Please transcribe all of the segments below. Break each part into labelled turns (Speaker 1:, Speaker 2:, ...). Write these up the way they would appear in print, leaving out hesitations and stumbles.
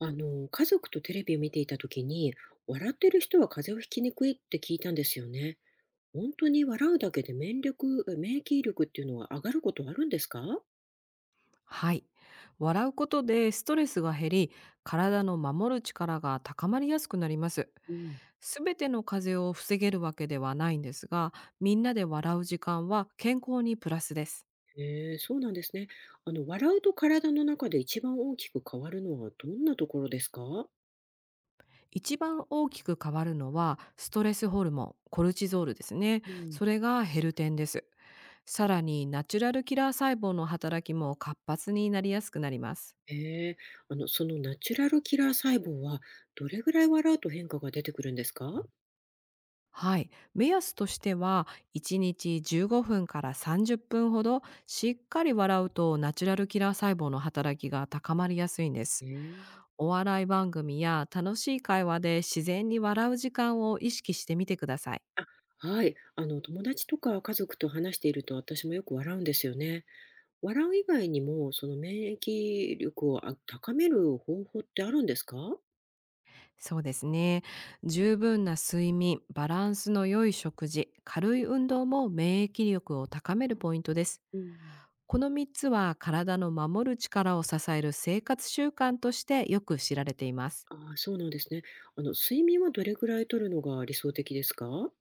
Speaker 1: 家族とテレビを見ていた時に、笑ってる人は風邪をひきにくいって聞いたんですよね。本当に笑うだけで免疫力っていうのは上がることあるんですか？
Speaker 2: はい。笑うことでストレスが減り、体の守る力が高まりやすくなります。
Speaker 1: うん。
Speaker 2: すべての風邪を防げるわけではないんですが、みんなで笑う時間は健康にプラスです。
Speaker 1: へえ、そうなんですね。笑うと体の中で一番大きく変わるのはどんなところですか？
Speaker 2: 一番大きく変わるのは、ストレスホルモン、コルチゾールですね。
Speaker 1: うん。
Speaker 2: それが減る点です。さらに、ナチュラルキラー細胞の働きも活発になりやすくなります。
Speaker 1: へえ、そのナチュラルキラー細胞はどれぐらい笑うと変化が出てくるんですか？
Speaker 2: はい。目安としては、1日15分から30分ほど、しっかり笑うとナチュラルキラー細胞の働きが高まりやすいんです。
Speaker 1: へえ。
Speaker 2: お笑い番組や楽しい会話で自然に笑う時間を意識してみてください。
Speaker 1: あ、はい。友達とか家族と話していると私もよく笑うんですよね。笑う以外にも、その免疫力を高める方法ってあるんですか？
Speaker 2: そうですね。十分な睡眠、バランスの良い食事、軽い運動も免疫力を高めるポイントです。
Speaker 1: うん。
Speaker 2: この3つは体の守る力を支える生活習慣としてよく知られています。
Speaker 1: ああ、そうなんですね。睡眠はどれくらい取るのが理想的ですか？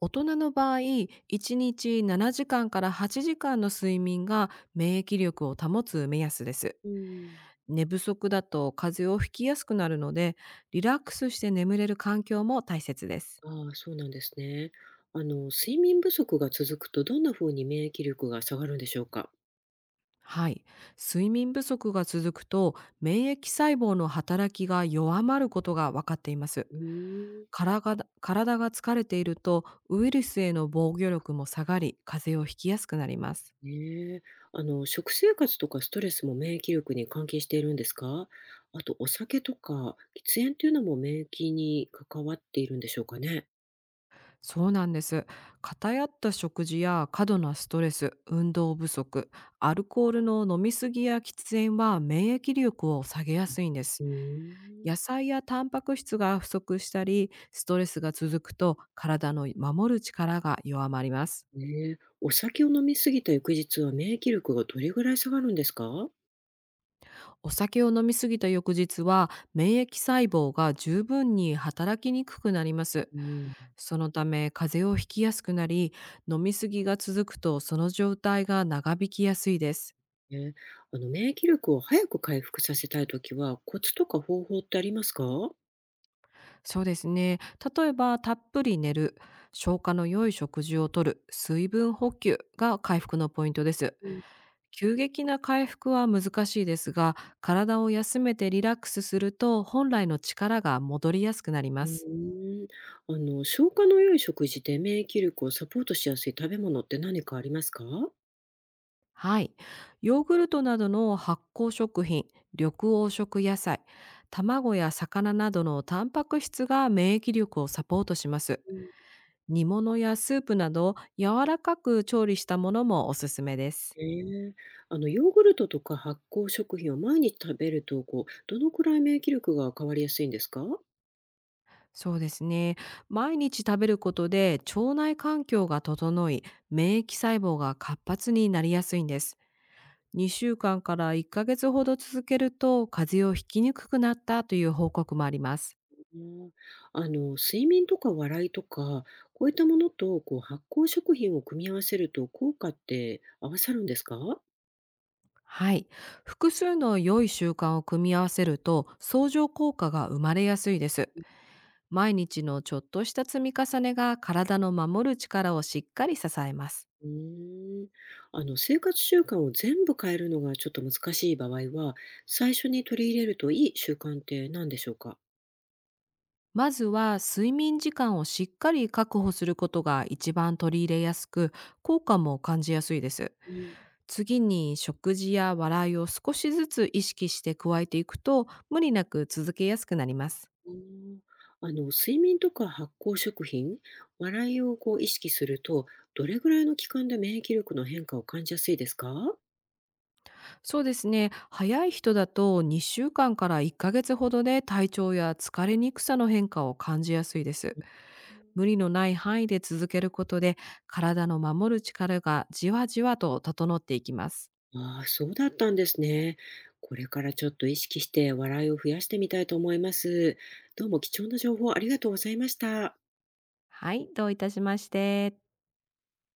Speaker 2: 大人の場合、1日7時間かんから8時間の睡眠が免疫力を保つ目安です。
Speaker 1: うん。
Speaker 2: 寝不足だと風邪をひきやすくなるので、リラックスして眠れる環境も大切です。
Speaker 1: ああ、そうなんですね。睡眠不足が続くと、どんな風に免疫力が下がるんでしょうか？
Speaker 2: はい。睡眠不足が続くと、免疫細胞の働きが弱まることが分かっています。
Speaker 1: うーん。
Speaker 2: 体が疲れていると、ウイルスへの防御力も下がり、風邪をひきやすくなります。
Speaker 1: ねえ。食生活とかストレスも免疫力に関係しているんですか？あとお酒とか喫煙っていうのも免疫に関わっているんでしょうかね？
Speaker 2: そうなんです。偏った食事や過度なストレス、運動不足、アルコールの飲みすぎや喫煙は免疫力を下げやすいんで
Speaker 1: う
Speaker 2: す。
Speaker 1: ー
Speaker 2: 野
Speaker 1: ん。
Speaker 2: 菜やタンパク質が不足したり、ストレスが続くと体の守る力が弱まります。
Speaker 1: ねえ、お酒を飲み過ぎた翌日は免疫力がどれぐらい下がるんですか？
Speaker 2: お酒を飲みすぎた翌日は免疫細胞が十分に働きにくくなります。
Speaker 1: うん、
Speaker 2: そのため風邪をひきやすくなり、飲みすぎが続くとその状態が長引きやすいです。
Speaker 1: ね、あの免疫力を早く回復させたいときは、コツとか方法ってありますか？
Speaker 2: そうですね。例えば、たっぷり寝る、消化の良い食事をとる、水分補給が回復のポイントです。
Speaker 1: う
Speaker 2: 急激な回復は難しいですが、体を休めてリラックスすると、本来の力が戻りやすくなりま
Speaker 1: うん、
Speaker 2: す。
Speaker 1: うーん、あの消化の良い食事で免疫力をサポートしやすい食べ物って何かありますか？
Speaker 2: はい。ヨーグルトなどの発酵食品、緑黄色野菜、卵や魚などのタンパク質が免疫力をサポートします。
Speaker 1: うん、
Speaker 2: 煮物やスープなど柔らかく調理したものもおすすめです。
Speaker 1: ええ、あのヨーグルトとか発酵食品を毎日食べると、こうどのくらい免疫力が変わりやすいんですか？
Speaker 2: そうですね。毎日食べることで腸内環境が整い、免疫細胞が活発になりやすいんです。2週間かんから1ヶ月ほど続けると風邪をひきにくくなったという報告もあります。
Speaker 1: うん、睡眠とか笑いとか、こういったものと、こう、発酵食品を組み合わせると効果って合わさるんですか？
Speaker 2: はい。複数の良い習慣を組み合わせると相乗効果が生まれやすいです。毎日のちょっとした積み重ねが体の守る力をしっかり支えます。
Speaker 1: うーん。生活習慣を全部変えるのがちょっと難しい場合は、最初に取り入れるといい習慣って何でしょうか？
Speaker 2: まずは睡眠時間をしっかり確保することが一番取り入れやすく、効果も感じやすいです。
Speaker 1: うん、
Speaker 2: 次に食事や笑いを少しずつ意識して加えていくと無理なく続けやすくなります。
Speaker 1: うん。睡眠とか発酵食品、笑いをこう意識すると、どれぐらいの期間で免疫力の変化を感じやすいですか？
Speaker 2: そうですね。早い人だと2週間かんから1ヶ月ほどで体調や疲れにくさの変化を感じやすいです。無理のない範囲で続けることで体の守る力がじわじわと整っていきます。
Speaker 1: ああ、そうだったんですね。これからちょっと意識して笑いを増やしてみたいと思います。どうも貴重な情報ありがとうございました。
Speaker 2: はい、どういたしまして。